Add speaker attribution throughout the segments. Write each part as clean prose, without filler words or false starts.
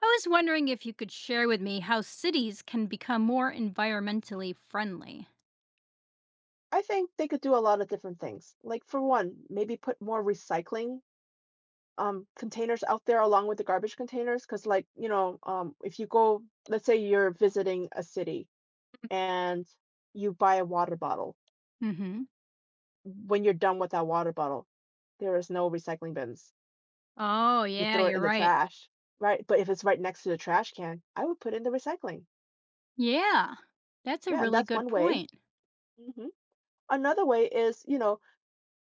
Speaker 1: I was wondering if you could share with me how cities can become more environmentally friendly.
Speaker 2: I think they could do a lot of different things. Like for one, maybe put more recycling containers out there along with the garbage containers. Because like you know, if you go, let's say you're visiting a city and you buy a water bottle.
Speaker 1: Hmm.
Speaker 2: When you're done with that water bottle, there is no recycling bins.
Speaker 1: Oh,
Speaker 2: You
Speaker 1: yeah,
Speaker 2: throw it
Speaker 1: you're
Speaker 2: in the
Speaker 1: right.
Speaker 2: trash, right? But if it's right next to the trash can, I would put it in the recycling.
Speaker 1: Yeah, that's a
Speaker 2: Yeah, and
Speaker 1: really
Speaker 2: that's
Speaker 1: good
Speaker 2: one way.
Speaker 1: point.
Speaker 2: Hmm Another way is, you know,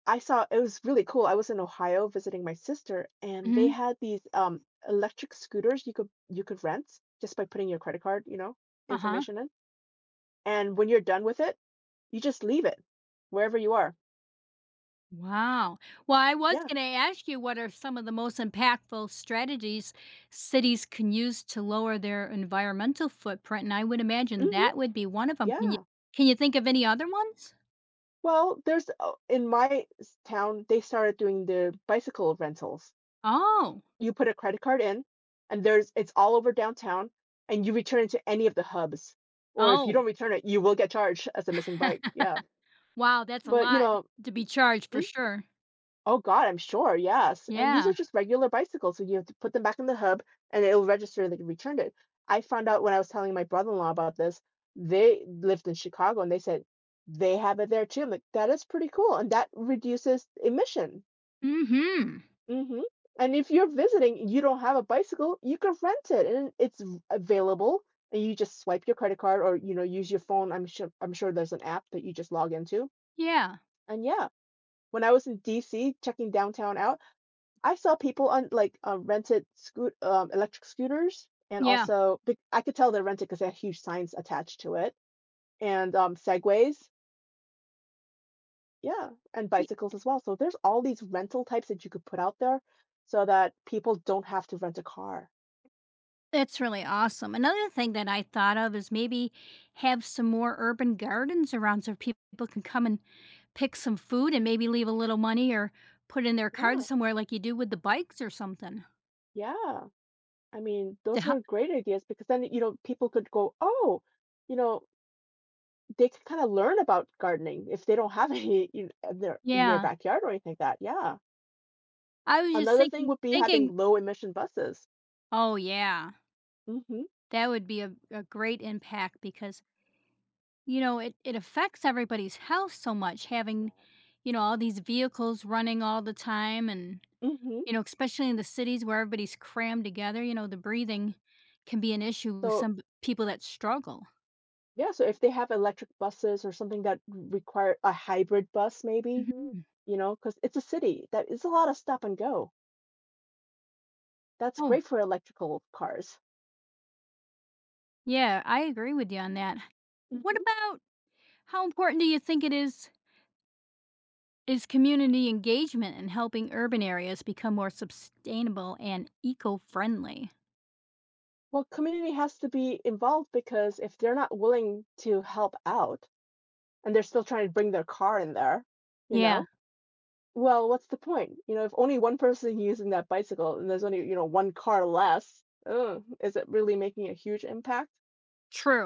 Speaker 2: I saw it was really cool. I was in Ohio visiting my sister, and they
Speaker 1: Hmm.
Speaker 2: had these electric scooters you could rent just by putting your credit card, you know,
Speaker 1: Uh huh.
Speaker 2: information in. And when you're done with it, you just leave it wherever you are.
Speaker 1: Wow. Well, I was
Speaker 2: Yeah.
Speaker 1: going to ask you what are some of the most impactful strategies cities can use to lower their environmental footprint, and I would imagine
Speaker 2: hmm
Speaker 1: that would be one of them. Can you
Speaker 2: Yeah.
Speaker 1: can you think of any other ones?
Speaker 2: Well, there's in my town, they started doing the bicycle rentals.
Speaker 1: Oh,
Speaker 2: You put a credit card in, and there's it's all over downtown, and you return it to any of the hubs. Or if you
Speaker 1: oh,
Speaker 2: don't return it, you will get charged as a missing bike. Yeah.
Speaker 1: wow, that's a
Speaker 2: But you
Speaker 1: lot
Speaker 2: know,
Speaker 1: to be charged for sure.
Speaker 2: oh God, I'm sure, yes. And these are
Speaker 1: Yeah.
Speaker 2: just regular bicycles, so you have to put them back in the hub and it'll register that you returned it. I found out when I was telling my brother-in-law about this, they lived in Chicago and they said they have it there too. I'm like, that is pretty cool. And that reduces emission.
Speaker 1: Mhm.
Speaker 2: Hmm And if you're visiting, you don't have a bicycle, you can rent it and it's available. And you just swipe your credit card or, you know, use your phone. I'm sure there's an app that you just log into.
Speaker 1: Yeah.
Speaker 2: And yeah, when I was in DC checking downtown out, I saw people on like rented scoot electric scooters, and
Speaker 1: Yeah.
Speaker 2: also I could tell they're rented because they had huge signs attached to it, and segways, yeah, and
Speaker 1: Y
Speaker 2: bicycles as well. So there's all these rental types that you could put out there, so that people don't have to rent a car.
Speaker 1: That's really awesome. Another thing that I thought of is maybe have some more urban gardens around so people can come and pick some food and maybe leave a little money or put in their card
Speaker 2: Yeah,
Speaker 1: somewhere like you do with the bikes or something.
Speaker 2: yeah. I mean,
Speaker 1: To
Speaker 2: those
Speaker 1: hel
Speaker 2: are great ideas because then you know people could go, oh, you know, they could kind of learn about gardening if they don't have any in their
Speaker 1: Yeah.
Speaker 2: backyard or anything like that. Yeah.
Speaker 1: I was just
Speaker 2: Another thing
Speaker 1: thinking
Speaker 2: would be
Speaker 1: thinking
Speaker 2: having low emission buses.
Speaker 1: Oh, yeah.
Speaker 2: Hmm
Speaker 1: That would be a great impact because, you know, it affects everybody's health so much having,
Speaker 2: Yes.
Speaker 1: you know, all these vehicles running all the time and
Speaker 2: hmm
Speaker 1: Especially in the cities where everybody's crammed together, the breathing
Speaker 2: Yes.
Speaker 1: can be an issue with
Speaker 2: So
Speaker 1: some people that struggle.
Speaker 2: yeah, so if they have electric buses or something that require a hybrid bus, maybe,
Speaker 1: Mhm.
Speaker 2: you know, because it's a city that is a lot of stop and go. That's
Speaker 1: Oh,
Speaker 2: great for electrical cars.
Speaker 1: yeah, I agree with you on that. What
Speaker 2: Hmm
Speaker 1: about how important do you think it is community engagement in helping urban areas become more sustainable and eco-friendly?
Speaker 2: Well, community has to be involved because if they're not willing to help out and they're still trying to bring their car in there, you
Speaker 1: Yeah,
Speaker 2: know, well, what's the point? You know, if only one person using that bicycle and there's only, you know, one car less, is it really making a huge impact?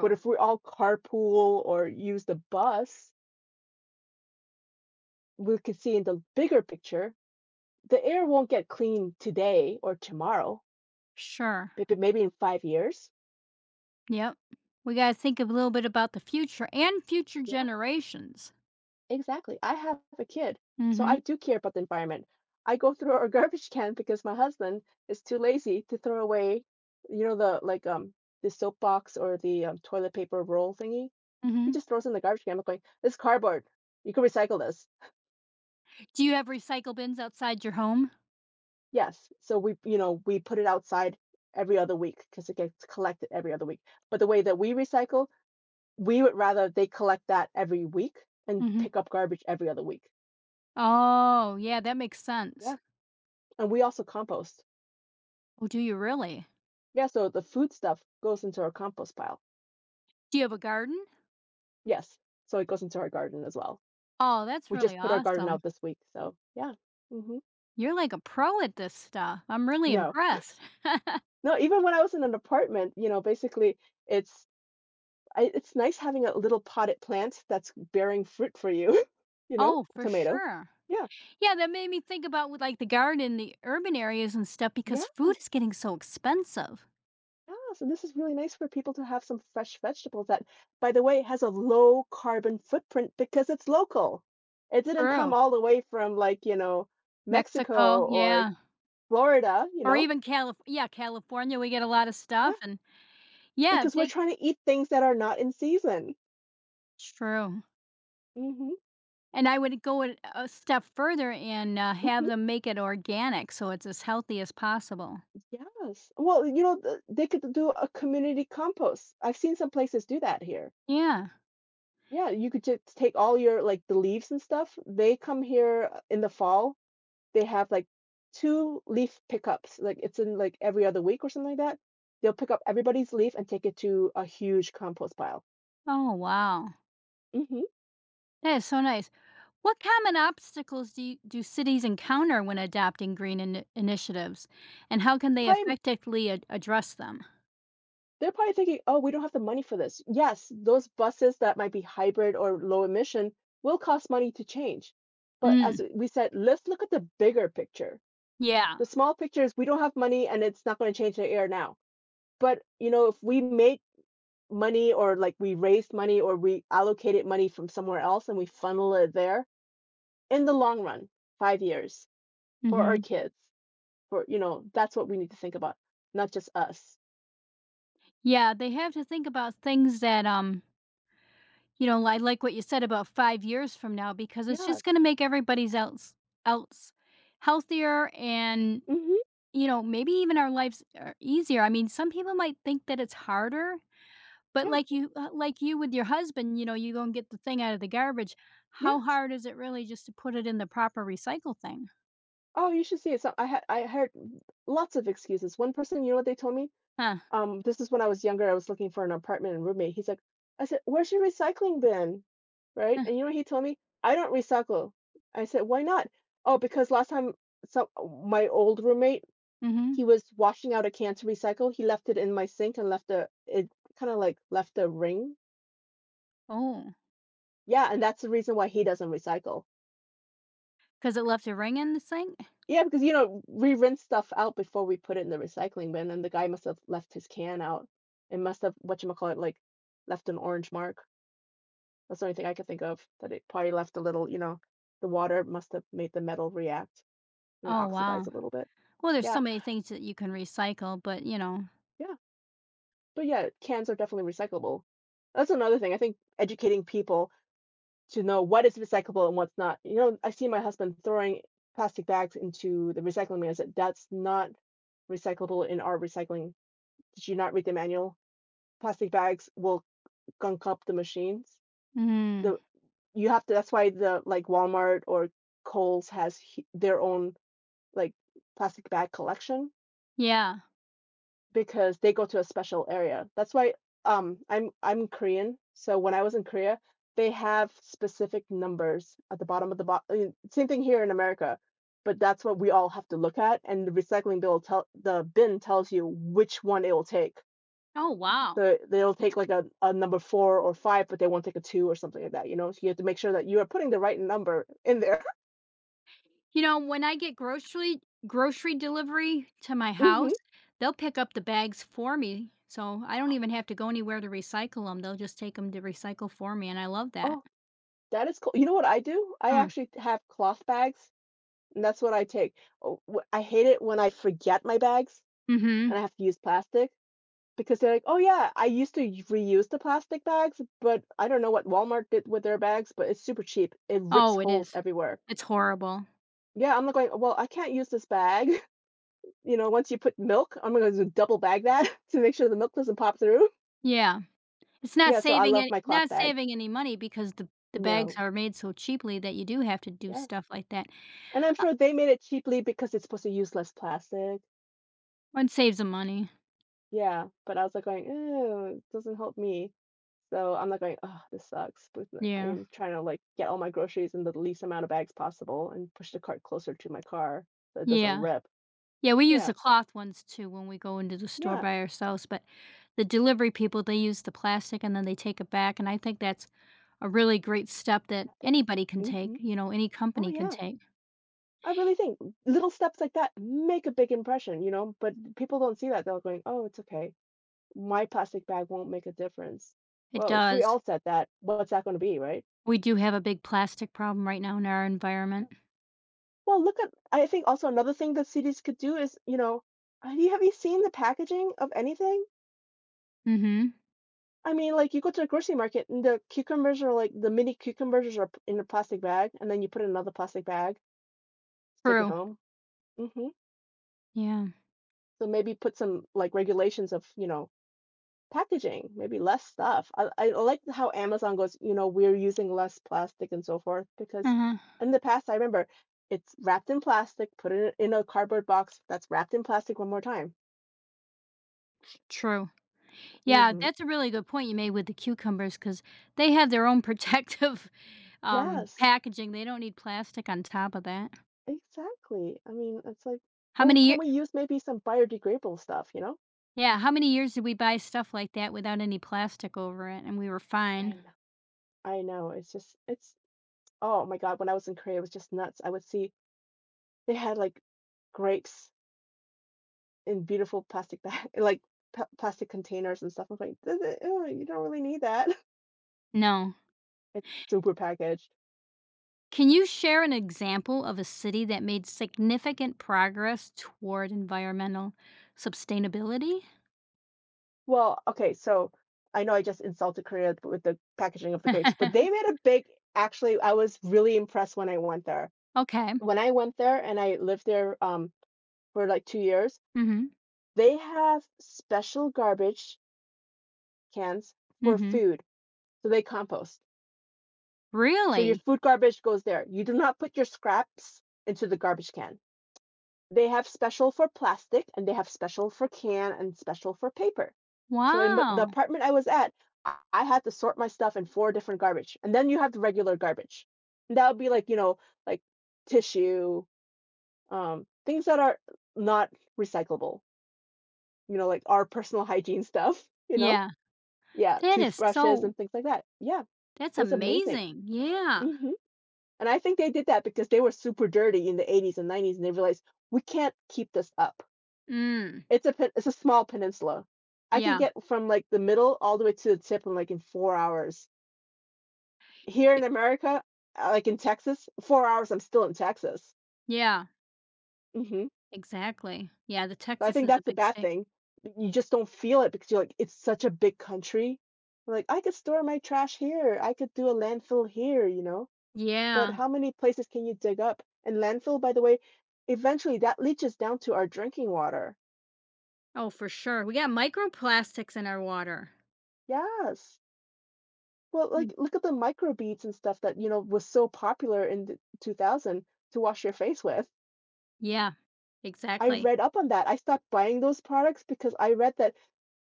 Speaker 2: But if we all carpool or use the bus, we could see in the bigger picture, the air won't get clean today or tomorrow,
Speaker 1: Sure.
Speaker 2: but maybe in 5 years.
Speaker 1: Yep. We got to think a little bit about the future and future
Speaker 2: Yeah,
Speaker 1: generations.
Speaker 2: exactly. I have a kid, so I
Speaker 1: Mhm.
Speaker 2: do care about the environment. I go through our garbage can because my husband is too lazy to throw away, you know, the like the soap box or the toilet paper roll thingy. He
Speaker 1: Mhm.
Speaker 2: just throws in the garbage can. I'm like, this is cardboard. You can recycle this.
Speaker 1: Do you have recycle bins outside your home?
Speaker 2: Yes, so we you know, we put it outside every other week because it gets collected every other week, but the way that we recycle, we would rather they collect that every week and
Speaker 1: Mhm.
Speaker 2: pick up garbage every other week.
Speaker 1: Oh, yeah, that makes
Speaker 2: Yeah,
Speaker 1: sense.
Speaker 2: and we also compost.
Speaker 1: Oh, do you really?
Speaker 2: Yeah, so the food stuff goes into our compost pile.
Speaker 1: Do you have a garden?
Speaker 2: Yes, so it goes into our garden as well.
Speaker 1: Oh, that's
Speaker 2: We just
Speaker 1: really
Speaker 2: put our garden out
Speaker 1: awesome.
Speaker 2: this week, so yeah. Mhm.
Speaker 1: You're like a pro at this stuff. I'm really
Speaker 2: No.
Speaker 1: impressed.
Speaker 2: No, even when I was in an apartment, you know, basically, it's I it's nice having a little potted plant that's bearing fruit for you. You know,
Speaker 1: Oh,
Speaker 2: a
Speaker 1: for
Speaker 2: tomato.
Speaker 1: sure.
Speaker 2: Yeah.
Speaker 1: Yeah, that made me think about with like the garden in the urban areas and stuff because food
Speaker 2: Yes.
Speaker 1: is getting so expensive.
Speaker 2: Yes, and this is really nice for people to have some fresh vegetables that, by the way, has a low carbon footprint because it's local. It didn't come
Speaker 1: True.
Speaker 2: all the way from like, you know,
Speaker 1: Mexico,
Speaker 2: Mexico or
Speaker 1: yeah.
Speaker 2: Florida, you
Speaker 1: Or
Speaker 2: know?
Speaker 1: even Calif yeah, California, we get a lot of
Speaker 2: Yeah,
Speaker 1: stuff and yeah,
Speaker 2: because
Speaker 1: if
Speaker 2: we're
Speaker 1: they
Speaker 2: trying to eat things that are not in season.
Speaker 1: True.
Speaker 2: Mhm.
Speaker 1: And I would go a step further and, have
Speaker 2: Mhm.
Speaker 1: them make it organic so it's as healthy as possible.
Speaker 2: Yes. Well, you know, th they could do a community compost. I've seen some places do that here.
Speaker 1: Yeah.
Speaker 2: Yeah, you could just take all your like the leaves and stuff. They come here in the fall they have like two leaf pickups. Like it's in like every other week or something like that. They'll pick up everybody's leaf and take it to a huge compost pile.
Speaker 1: Oh, wow.
Speaker 2: Hmm
Speaker 1: That is so nice. What common obstacles do do cities encounter when adopting green initiatives, and how can they
Speaker 2: Probably,
Speaker 1: effectively address them?
Speaker 2: they're probably thinking, oh, we don't have the money for this. Yes, those buses that might be hybrid or low emission will cost money to change. But as
Speaker 1: Mm.
Speaker 2: we said, let's look at the bigger picture.
Speaker 1: Yeah.
Speaker 2: The small picture is we don't have money and it's not going to change the air now. But you know, if we make money or like we raised money or we allocated money from somewhere else and we funnel it there, in the long run, 5 years for our
Speaker 1: Hmm.
Speaker 2: kids, for you know, that's what we need to think about, not just us.
Speaker 1: Yeah, they have to think about things that I like what you said about 5 years from now because it's
Speaker 2: Yes.
Speaker 1: just going to make everybody's else healthier and
Speaker 2: Mhm.
Speaker 1: maybe even our lives are easier. I mean, some people might think that it's harder. But
Speaker 2: Yeah.
Speaker 1: like you with your husband, you go and get the thing out of the garbage. How
Speaker 2: Yes.
Speaker 1: hard is it really just to put it in the proper recycle thing?
Speaker 2: Oh, you should see it. So I heard lots of excuses. One person, you know what they told me?
Speaker 1: Huh.
Speaker 2: This is when I was younger, I was looking for an apartment and roommate. He's like, I said, "Where's your recycling bin?" Right?
Speaker 1: Huh.
Speaker 2: And you know what he told me? "I don't recycle." I said, "Why not?" "Oh, because last time some my old roommate,
Speaker 1: Mhm.
Speaker 2: he was washing out a can to recycle, he left it in my sink and left a it kinda, like, left a ring.
Speaker 1: Oh,
Speaker 2: Yeah, and that's the reason why he doesn't recycle.
Speaker 1: 'cause it left a ring in the sink?
Speaker 2: Yeah, because, you know, we rinse stuff out before we put it in the recycling bin, and the guy must have left his can out. It must have, whatchamacallit, like, left an orange mark. That's the only thing I could think of, that it probably left a little you know, the water must have made the metal react and
Speaker 1: Oh,
Speaker 2: oxidize
Speaker 1: wow.
Speaker 2: a little bit.
Speaker 1: Well, there's
Speaker 2: Yeah,
Speaker 1: so many things that you can recycle, but.
Speaker 2: yeah. But, yeah, cans are definitely recyclable. That's another thing, I think educating people to know what is recyclable and what's not. You know, I see my husband throwing plastic bags into the recycling bin. I said, that's not recyclable in our recycling. Did you not read the manual? Plastic bags will gunk up the machines.
Speaker 1: Mm.
Speaker 2: The You have to. That's why the like Walmart or Kohl's has their own like plastic bag collection
Speaker 1: Yeah.
Speaker 2: because they go to a special area. That's why I'm Korean. So when I was in Korea, they have specific numbers at the bottom of the box. Same thing here in America, but that's what we all have to look at. And the recycling bill tell the bin tells you which one it will take.
Speaker 1: Oh, wow.
Speaker 2: So they'll take like a number four or five, but they won't take a two or something like that. You know, so you have to make sure that you are putting the right number in there.
Speaker 1: You know, when I get grocery delivery to my house,
Speaker 2: hmm
Speaker 1: they'll pick up the bags for me, so I don't even have to go anywhere to recycle them. They'll just take them to recycle for me, and I love that.
Speaker 2: Oh, that is cool. You know what I do? I
Speaker 1: Mm.
Speaker 2: actually have cloth bags. And that's what I take. Oh, wh I hate it when I forget my bags
Speaker 1: Mhm.
Speaker 2: and I have to use plastic because they're like, "Oh, yeah, I used to u reuse the plastic bags, but I don't know what Walmart did with their bags, but it's super cheap. It rips
Speaker 1: Oh, it
Speaker 2: holes
Speaker 1: is.
Speaker 2: everywhere."
Speaker 1: It's horrible.
Speaker 2: Yeah, I'm not going, "Well, I can't use this bag." You know, once you put milk, I'm gonna double bag that to make sure the milk doesn't pop through.
Speaker 1: Yeah. It's not
Speaker 2: Yeah, so I
Speaker 1: saving
Speaker 2: love
Speaker 1: it
Speaker 2: my cloth
Speaker 1: not
Speaker 2: bags.
Speaker 1: saving any money because the bags
Speaker 2: No.
Speaker 1: are made so cheaply that you do have to do
Speaker 2: Yes.
Speaker 1: stuff like that.
Speaker 2: And I'm
Speaker 1: Uh,
Speaker 2: sure they made it cheaply because it's supposed to use less plastic.
Speaker 1: One saves the money.
Speaker 2: Yeah, but I was like going, oh, it doesn't help me." So I'm not going, Oh, this sucks," but the I
Speaker 1: Yeah.
Speaker 2: am trying to, like, get all my groceries in the least amount of bags possible and push the cart closer to my car so it doesn't
Speaker 1: Yeah.
Speaker 2: rip.
Speaker 1: Yeah, we use
Speaker 2: Yeah,
Speaker 1: the cloth ones too when we go into the store
Speaker 2: yeah,
Speaker 1: by ourselves, but the delivery people, they use the plastic and then they take it back, and I think that's a really great step that
Speaker 2: yeah,
Speaker 1: anybody can take,
Speaker 2: mhm,
Speaker 1: you know, any
Speaker 2: oh,
Speaker 1: company can
Speaker 2: yeah,
Speaker 1: take.
Speaker 2: I really think little steps like that make a big impression, you know, but people don't see that, they're going, "Oh, it's okay. My plastic bag won't make a difference."
Speaker 1: It
Speaker 2: Well, if we all
Speaker 1: does.
Speaker 2: said that, what's that gonna be, right?
Speaker 1: We do have a big plastic problem right now in our
Speaker 2: Yeah.
Speaker 1: environment.
Speaker 2: Well, look at, I think also another thing that cities could do is, you know, have you seen the packaging of anything?
Speaker 1: Mhm.
Speaker 2: I mean, like, you go to a grocery market, and the cucumbers are, like, the mini cucumbers are p in a plastic bag, and then you put it in another plastic bag to take it
Speaker 1: True.
Speaker 2: home. Mhm.
Speaker 1: Yeah.
Speaker 2: So maybe put some, like, regulations of, you know, packaging, maybe less stuff. I like how Amazon goes, you know, "We're using less plastic," and so forth, because
Speaker 1: Uh-huh.
Speaker 2: in the past, I remember it's wrapped in plastic, put it in a cardboard box that's wrapped in plastic one more time.
Speaker 1: True. Yeah,
Speaker 2: Mhm.
Speaker 1: that's a really good point you made with the cucumbers because they have their own protective,
Speaker 2: Yes,
Speaker 1: packaging. They don't need plastic on top of that.
Speaker 2: exactly. I mean, it's like,
Speaker 1: How
Speaker 2: oh,
Speaker 1: many
Speaker 2: can
Speaker 1: year
Speaker 2: we use maybe some biodegradable stuff, you know?
Speaker 1: Yeah, how many years did we buy stuff like that without any plastic over it, and we were
Speaker 2: I
Speaker 1: fine?
Speaker 2: know, I know. It's just, it's, oh my God, when I was in Korea, it was just nuts. I would see they had like grapes in beautiful plastic bag, like pa plastic containers and stuff. I'm like, Ew, you don't really need that."
Speaker 1: No.
Speaker 2: It's super packaged.
Speaker 1: Can you share an example of a city that made significant progress toward environmental sustainability?
Speaker 2: Well, okay, so I know I just insulted Korea with the packaging of the grapes, but they made a big, actually, I was really impressed
Speaker 1: Okay.
Speaker 2: when I went there and I lived there, for like 2 years,
Speaker 1: Mhm.
Speaker 2: they have special garbage cans for
Speaker 1: Mhm.
Speaker 2: food. So they compost. So your
Speaker 1: Really?
Speaker 2: food garbage goes there. You do not put your scraps into the garbage can. They have special for plastic and they have special for can and special for paper. So in b- the
Speaker 1: Wow.
Speaker 2: apartment I was at, I had to sort my stuff in four different garbage. And then you have the regular garbage. And that would be like, you know, like tissue, things that are not recyclable, you know, like our personal hygiene stuff, you know?
Speaker 1: Yeah.
Speaker 2: Yeah,
Speaker 1: That is
Speaker 2: toothbrushes
Speaker 1: so
Speaker 2: and things like that. Yeah,
Speaker 1: That's
Speaker 2: it was amazing.
Speaker 1: amazing. Yeah.
Speaker 2: Mhm, and I think they did that because they were super dirty in the 80s and 90s, and they realized, "We can't keep this up."
Speaker 1: Mm.
Speaker 2: It's a pen it's a small peninsula. I could
Speaker 1: Yeah.
Speaker 2: get from, like, the middle all the way to the tip in, like, in 4 hours. Here in
Speaker 1: Y
Speaker 2: America, like, in Texas, 4 hours, I'm still in Texas.
Speaker 1: yeah.
Speaker 2: Mhm,
Speaker 1: Exactly. Yeah, the
Speaker 2: but I
Speaker 1: Texas
Speaker 2: think
Speaker 1: is a
Speaker 2: that's the
Speaker 1: big
Speaker 2: bad
Speaker 1: state.
Speaker 2: thing. You just don't feel it because you're like, "It's such a big country. Like, I could store my trash here. I could do a landfill here," you know? But
Speaker 1: Yeah.
Speaker 2: how many places can you dig up? And landfill, by the way, eventually that leaches down to our drinking water.
Speaker 1: Oh, for sure. We got microplastics in our water.
Speaker 2: Yes. Well,
Speaker 1: Mm.
Speaker 2: like, look at the microbeads and stuff that, you know, was so popular in the 2000 to wash your face with.
Speaker 1: Yeah.
Speaker 2: I
Speaker 1: Exactly.
Speaker 2: read up on that. I stopped buying those products because I read that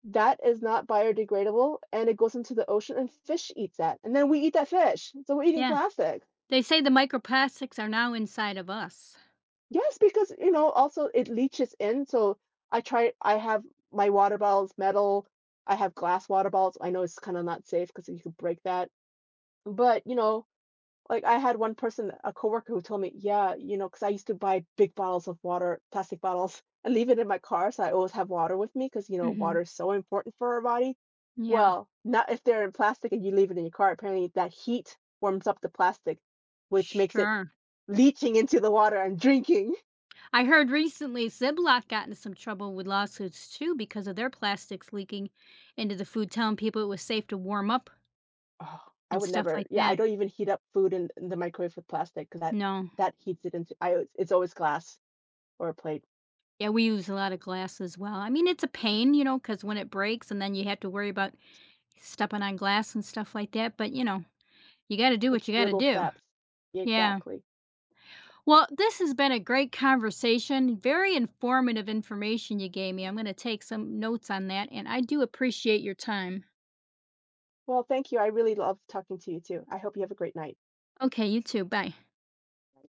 Speaker 2: that is not biodegradable and it goes into the ocean and fish eats that. And then we eat that fish. So we're eating
Speaker 1: Yeah.
Speaker 2: plastic.
Speaker 1: They say the microplastics are now inside of us.
Speaker 2: Yes, because, you know, also it leaches in. So I try, I have my water bottles metal. I have glass water bottles. I know it's kind of not safe because you could break that. But, you know, like I had one person, a coworker who told me, yeah, you know, because I used to buy big bottles of water, plastic bottles, and leave it in my car. So I always have water with me because, you know,
Speaker 1: Mhm.
Speaker 2: water is so important for our body.
Speaker 1: Yeah.
Speaker 2: Well, not if they're in plastic and you leave it in your car. Apparently, that heat warms up the plastic, which makes it
Speaker 1: Sure.
Speaker 2: leaching into the water and drinking.
Speaker 1: I heard recently Ziploc got into some trouble with lawsuits too because of their plastics leaking into the food, telling people it was safe to warm up
Speaker 2: Oh, I
Speaker 1: and
Speaker 2: would
Speaker 1: stuff
Speaker 2: never,
Speaker 1: like
Speaker 2: yeah, I
Speaker 1: that.
Speaker 2: don't even heat up food in the microwave with plastic. Cause that
Speaker 1: No.
Speaker 2: that heats it into I always it's always glass or a plate.
Speaker 1: Yeah, we use a lot of glass as well. I mean, it's a pain, because when it breaks and then you have to worry
Speaker 2: Yeah.
Speaker 1: about stepping on glass and stuff like that, but, you gotta do what you
Speaker 2: It's
Speaker 1: gotta
Speaker 2: little
Speaker 1: do.
Speaker 2: steps. Yeah,
Speaker 1: Yeah.
Speaker 2: exactly.
Speaker 1: Well, this has been a great conversation, very informative information you gave me. I'm gonna take some notes on that, and I do appreciate your time.
Speaker 2: Well, thank you. I really love talking to you too. I hope you have a great night.
Speaker 1: Okay, you too. Bye.